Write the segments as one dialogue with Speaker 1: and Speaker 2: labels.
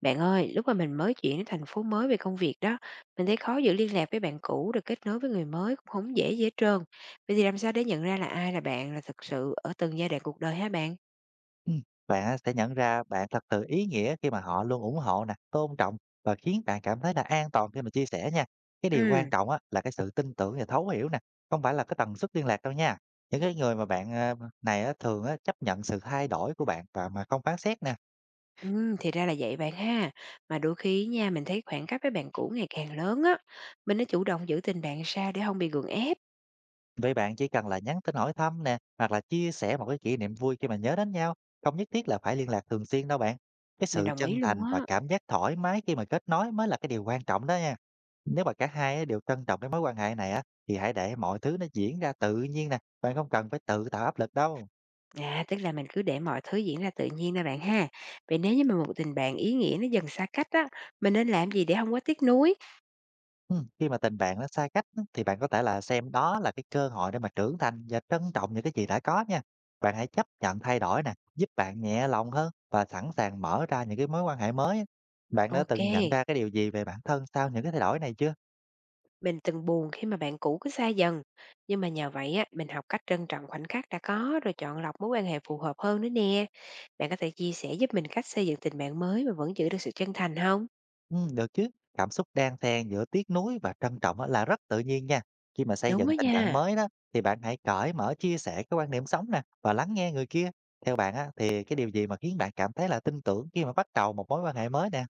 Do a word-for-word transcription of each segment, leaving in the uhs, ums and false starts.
Speaker 1: Bạn ơi, lúc mà mình mới chuyển đến thành phố mới về công việc đó, mình thấy khó giữ liên lạc với bạn cũ rồi kết nối với người mới cũng không dễ dễ trơn. Vậy thì làm sao để nhận ra là ai là bạn là thực sự ở từng giai đoạn cuộc đời hả bạn?
Speaker 2: Ừm, bạn á sẽ nhận ra bạn thật sự ý nghĩa khi mà họ luôn ủng hộ nè, tôn trọng và khiến bạn cảm thấy là an toàn khi mà chia sẻ nha. Cái điều quan
Speaker 1: Ừ,
Speaker 2: trọng á là cái sự tin tưởng và thấu hiểu nè, không phải là cái tần suất liên lạc đâu nha. Những cái người mà bạn, ờ, này á thường á chấp nhận sự thay đổi của bạn và mà không phán xét nè.
Speaker 1: ừ, thì ra là vậy bạn ha. Mà đôi khi nha, mình thấy khoảng cách với bạn cũ ngày càng lớn á. Mình đã chủ động giữ tình bạn xa để không bị gượng ép.
Speaker 2: Vậy bạn chỉ cần là nhắn tin hỏi thăm nè, hoặc là chia sẻ một cái kỷ niệm vui khi mà nhớ đến nhau, không nhất thiết là phải liên lạc thường xuyên đâu bạn. Cái
Speaker 1: Mình
Speaker 2: sự
Speaker 1: đồng ý
Speaker 2: chân thành
Speaker 1: luôn
Speaker 2: và
Speaker 1: á.
Speaker 2: cảm giác thoải mái khi mà kết nối mới là cái điều quan trọng đó nha. Nếu mà cả hai á đều trân trọng cái mối quan hệ này á, thì hãy để mọi thứ nó diễn ra tự nhiên nè, bạn không cần phải tự tạo áp lực đâu.
Speaker 1: À, tức là mình cứ để mọi thứ diễn ra tự nhiên nè bạn ha. Vậy nếu như mà một tình bạn ý nghĩa nó dần xa cách á, mình nên làm gì để không quá tiếc nuối?
Speaker 2: Ừm, khi mà tình bạn nó xa cách á, thì bạn có thể là xem đó là cái cơ hội để mà trưởng thành và trân trọng những cái gì đã có nha. Bạn hãy chấp nhận thay đổi nè, giúp bạn nhẹ lòng hơn và sẵn sàng mở ra những cái mối quan hệ mới á. Bạn đã
Speaker 1: Ok,
Speaker 2: từng nhận ra cái điều gì về bản thân sau những cái thay đổi này chưa?
Speaker 1: mình từng buồn khi mà bạn cũ cứ xa dần, nhưng mà nhờ vậy á, mình học cách trân trọng khoảnh khắc đã có rồi chọn lọc mối quan hệ phù hợp hơn nữa nè. Bạn có thể chia sẻ giúp mình cách xây dựng tình bạn mới mà vẫn giữ được sự chân thành không?
Speaker 2: Ừm, được chứ. Cảm xúc đan xen giữa tiếc nuối và trân trọng á là rất tự nhiên nha. Khi mà xây
Speaker 1: Đúng đó
Speaker 2: dựng tình bạn
Speaker 1: nha.
Speaker 2: mới đó thì bạn hãy cởi mở chia sẻ cái quan điểm sống nè và lắng nghe người kia. Theo bạn á thì cái điều gì mà khiến bạn cảm thấy là tin tưởng khi mà bắt đầu một mối quan hệ mới nè?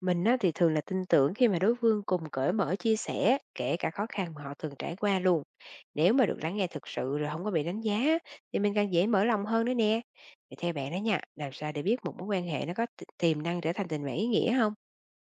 Speaker 1: Mình á, thì thường là tin tưởng khi mà đối phương cùng cởi mở chia sẻ, kể cả khó khăn mà họ thường trải qua luôn. Nếu mà được lắng nghe thực sự rồi không có bị đánh giá á, thì mình càng dễ mở lòng hơn nữa nè. Vậy theo bạn đó nha, làm sao để biết một mối quan hệ nó có ti- tiềm năng trở thành tình bạn ý nghĩa không?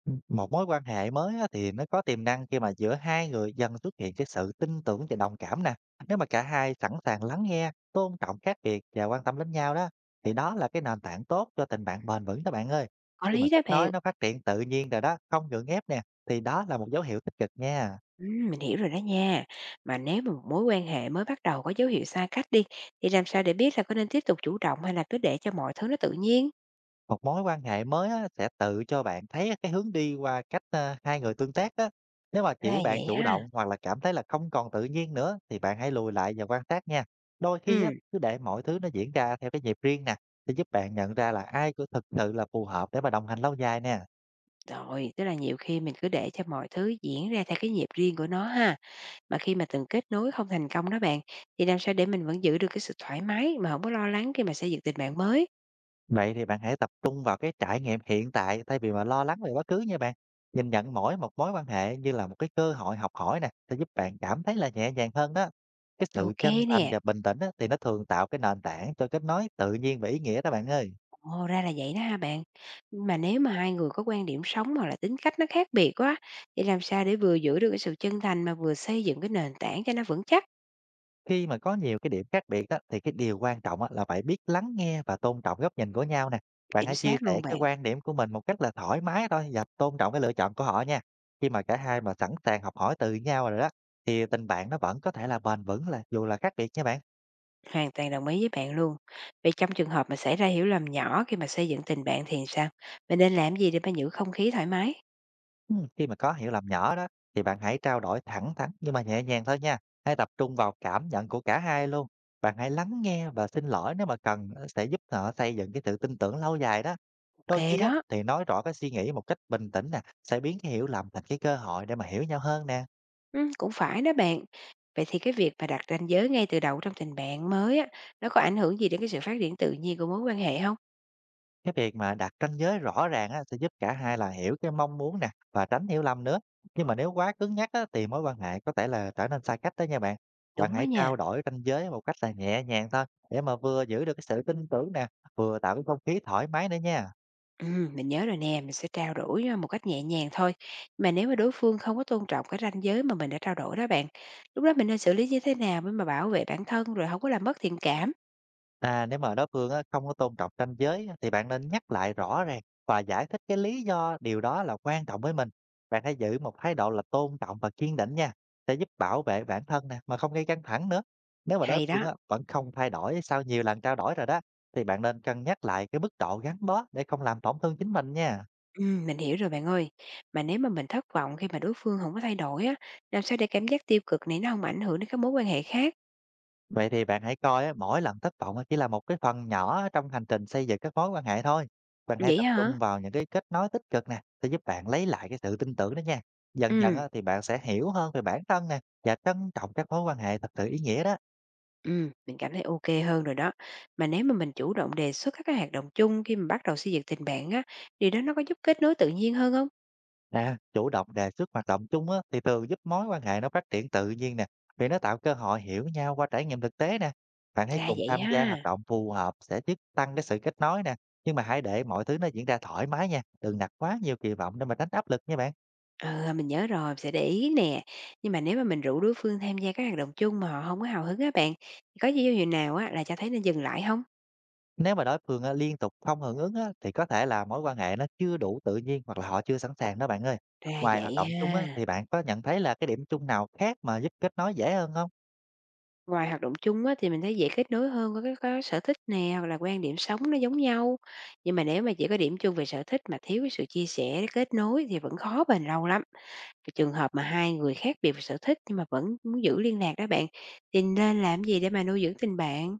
Speaker 2: Ừm, một mối quan hệ mới á thì nó có tiềm năng khi mà giữa hai người dần xuất hiện cái sự tin tưởng và đồng cảm nè. Nếu mà cả hai sẵn sàng lắng nghe, tôn trọng khác biệt và quan tâm đến nhau đó, thì đó là cái nền tảng tốt cho tình bạn bền vững đó bạn ơi.
Speaker 1: Có
Speaker 2: Khi mà
Speaker 1: lý đó
Speaker 2: cách nói
Speaker 1: bạn.
Speaker 2: nó phát triển tự nhiên rồi đó, không gượng ép nè, thì đó là một dấu hiệu tích cực nha.
Speaker 1: Ừm, mình hiểu rồi đó nha. Mà nếu mà một mối quan hệ mới bắt đầu có dấu hiệu xa cách đi, thì làm sao để biết là có nên tiếp tục chủ động hay là cứ để cho mọi thứ nó tự nhiên?
Speaker 2: Một mối quan hệ mới á, sẽ tự cho bạn thấy cái hướng đi qua cách, a, hai người tương tác á. Nếu mà
Speaker 1: Ra
Speaker 2: chỉ bạn
Speaker 1: vậy
Speaker 2: chủ
Speaker 1: ha.
Speaker 2: động hoặc là cảm thấy là không còn tự nhiên nữa thì bạn hãy lùi lại và quan sát nha. Đôi khi á,
Speaker 1: Ừm,
Speaker 2: cứ để mọi thứ nó diễn ra theo cái nhịp riêng nè, sẽ giúp bạn nhận ra là ai có thực sự là phù hợp để mà đồng hành lâu dài nè.
Speaker 1: rồi, tức là nhiều khi mình cứ để cho mọi thứ diễn ra theo cái nhịp riêng của nó ha. Mà khi mà từng kết nối không thành công đó bạn, thì làm sao để mình vẫn giữ được cái sự thoải mái mà không có lo lắng khi mà xây dựng tình bạn mới?
Speaker 2: Vậy thì bạn hãy tập trung vào cái trải nghiệm hiện tại thay vì mà lo lắng về quá khứ nha bạn. Nhìn nhận mỗi một mối quan hệ như là một cái cơ hội học hỏi nè, sẽ giúp bạn cảm thấy là nhẹ nhàng hơn đó. Cái sự
Speaker 1: Ok
Speaker 2: chân
Speaker 1: nè.
Speaker 2: thành và bình tĩnh á, thì nó thường tạo cái nền tảng cho kết nối tự nhiên và ý nghĩa đó bạn ơi.
Speaker 1: Ồ, ra là vậy đó ha bạn. Mà nếu mà hai người có quan điểm sống hoặc là tính cách nó khác biệt quá, thì làm sao để vừa giữ được cái sự chân thành mà vừa xây dựng cái nền tảng cho nó vững chắc?
Speaker 2: Khi mà có nhiều cái điểm khác biệt á, thì cái điều quan trọng á, là phải biết lắng nghe và tôn trọng góc nhìn của nhau nè. Bạn
Speaker 1: Chính
Speaker 2: hãy chia
Speaker 1: xác
Speaker 2: sẻ
Speaker 1: luôn
Speaker 2: cái
Speaker 1: bạn,
Speaker 2: quan điểm của mình một cách là thoải mái thôi và tôn trọng cái lựa chọn của họ nha. Khi mà cả hai mà sẵn sàng học hỏi từ nhau rồi đó, thì tình bạn nó vẫn có thể là bền vững là dù là khác biệt nha bạn.
Speaker 1: hoàn toàn đồng ý với bạn luôn. Vậy trong trường hợp mà xảy ra hiểu lầm nhỏ khi mà xây dựng tình bạn thì sao? Mình nên làm gì để mà giữ không khí thoải mái?
Speaker 2: Ừ, khi mà có hiểu lầm nhỏ đó, thì bạn hãy trao đổi thẳng thắn nhưng mà nhẹ nhàng thôi nha. Hãy tập trung vào cảm nhận của cả hai luôn. Bạn hãy lắng nghe và xin lỗi nếu mà cần sẽ giúp họ xây dựng cái sự tin tưởng lâu dài đó. Đôi
Speaker 1: Ok
Speaker 2: khi á,
Speaker 1: đó,
Speaker 2: thì nói rõ cái suy nghĩ một cách bình tĩnh nè, sẽ biến cái hiểu lầm thành cái cơ hội để mà hiểu nhau hơn nè.
Speaker 1: ừ, cũng phải đó bạn. Vậy thì cái việc mà đặt ranh giới ngay từ đầu trong tình bạn mới á, nó có ảnh hưởng gì đến cái sự phát triển tự nhiên của mối quan hệ không?
Speaker 2: Cái việc mà đặt ranh giới rõ ràng á, sẽ giúp cả hai là hiểu cái mong muốn nè và tránh hiểu lầm nữa. Nhưng mà nếu quá cứng nhắc á, thì mối quan hệ có thể là trở nên xa cách đó nha bạn. Bạn
Speaker 1: Đúng đó
Speaker 2: hãy
Speaker 1: nha.
Speaker 2: trao đổi ranh giới một cách là nhẹ nhàng thôi để mà vừa giữ được cái sự tin tưởng nè, vừa tạo cái không khí thoải mái nữa nha.
Speaker 1: Ừm, mình nhớ rồi nè, mình sẽ trao đổi, a, một cách nhẹ nhàng thôi. Mà nếu mà đối phương không có tôn trọng cái ranh giới mà mình đã trao đổi đó bạn, lúc đó mình nên xử lý như thế nào để mà bảo vệ bản thân rồi không có làm mất thiện cảm?
Speaker 2: À, nếu mà đối phương á, không có tôn trọng ranh giới á, thì bạn nên nhắc lại rõ ràng và giải thích cái lý do điều đó là quan trọng với mình. Bạn hãy giữ một thái độ là tôn trọng và kiên định nha, sẽ giúp bảo vệ bản thân nè mà không gây căng thẳng nữa. Nếu mà đối
Speaker 1: Hay
Speaker 2: phương
Speaker 1: đó,
Speaker 2: á, vẫn không thay đổi sau nhiều lần trao đổi rồi đó, thì bạn nên cân nhắc lại cái mức độ gắn bó để không làm tổn thương chính mình nha.
Speaker 1: ừm, mình hiểu rồi bạn ơi. Mà nếu mà mình thất vọng khi mà đối phương không có thay đổi á, làm sao để cảm giác tiêu cực này nó không ảnh hưởng đến các mối quan hệ khác?
Speaker 2: Vậy thì bạn hãy coi á, mỗi lần thất vọng á, chỉ là một cái phần nhỏ trong hành trình xây dựng các mối quan hệ thôi. Bạn hãy
Speaker 1: Vậy
Speaker 2: tập
Speaker 1: hả?
Speaker 2: trung vào những cái kết nối tích cực nè, sẽ giúp bạn lấy lại cái sự tin tưởng đó nha. Dần dần
Speaker 1: Ừm,
Speaker 2: á, thì bạn sẽ hiểu hơn về bản thân nè và trân trọng các mối quan hệ thật sự ý nghĩa đó.
Speaker 1: ừm, mình cảm thấy ok hơn rồi đó. Mà nếu mà mình chủ động đề xuất các cái hoạt động chung khi mà bắt đầu xây dựng tình bạn á, điều đó nó có giúp kết nối tự nhiên hơn không?
Speaker 2: À, chủ động đề xuất hoạt động chung á, thì thường giúp mối quan hệ nó phát triển tự nhiên nè, vì nó tạo cơ hội hiểu nhau qua trải nghiệm thực tế nè. Bạn hãy
Speaker 1: Ra
Speaker 2: cùng
Speaker 1: vậy
Speaker 2: tham gia hoạt
Speaker 1: ha.
Speaker 2: động phù hợp sẽ giúp tăng cái sự kết nối nè, nhưng mà hãy để mọi thứ nó diễn ra thoải mái nha, đừng đặt quá nhiều kỳ vọng để mà tránh áp lực nha bạn.
Speaker 1: Ờ, mình nhớ rồi, mình sẽ để ý nè. Nhưng mà nếu mà mình rủ đối phương tham gia các hoạt động chung mà họ không có hào hứng á bạn, thì có dấu hiệu nào á là cho thấy nên dừng lại không?
Speaker 2: Nếu mà đối phương á, liên tục không hưởng ứng á, thì có thể là mối quan hệ nó chưa đủ tự nhiên hoặc là họ chưa sẵn sàng đó bạn ơi.
Speaker 1: Ra
Speaker 2: Ngoài hoạt
Speaker 1: vậy
Speaker 2: động chung á,
Speaker 1: ha.
Speaker 2: thì bạn có nhận thấy là cái điểm chung nào khác mà giúp kết nối dễ hơn không?
Speaker 1: Ngoài hoạt động chung á thì mình thấy dễ kết nối hơn với cái có sở thích nè, hoặc là quan điểm sống nó giống nhau. Nhưng mà nếu mà chỉ có điểm chung về sở thích mà thiếu cái sự chia sẻ, kết nối thì vẫn khó bền lâu lắm. Cái trường hợp mà hai người khác biệt về sở thích nhưng mà vẫn muốn giữ liên lạc đó bạn, thì nên làm gì để mà nuôi dưỡng tình bạn?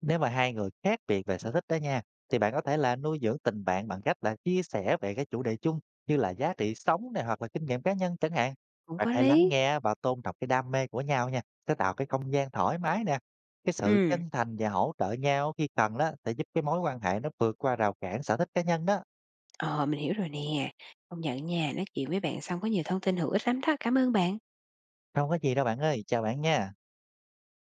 Speaker 2: Nếu mà hai người khác biệt về sở thích đó nha, thì bạn có thể là nuôi dưỡng tình bạn bằng cách là chia sẻ về cái chủ đề chung như là giá trị sống này hoặc là kinh nghiệm cá nhân chẳng hạn.
Speaker 1: Cũng
Speaker 2: Bạn
Speaker 1: có
Speaker 2: hãy lắng
Speaker 1: lý.
Speaker 2: nghe và tôn trọng cái đam mê của nhau nha, sẽ tạo cái không gian thoải mái nè. Cái sự
Speaker 1: Ừ.
Speaker 2: chân thành và hỗ trợ nhau khi cần đó sẽ giúp cái mối quan hệ nó vượt qua rào cản sở thích cá nhân đó.
Speaker 1: Ờ, mình hiểu rồi nè. Công nhận nha, nói chuyện với bạn xong có nhiều thông tin hữu ích lắm đó. Cảm ơn bạn.
Speaker 2: Không có gì đâu bạn ơi, chào bạn nha.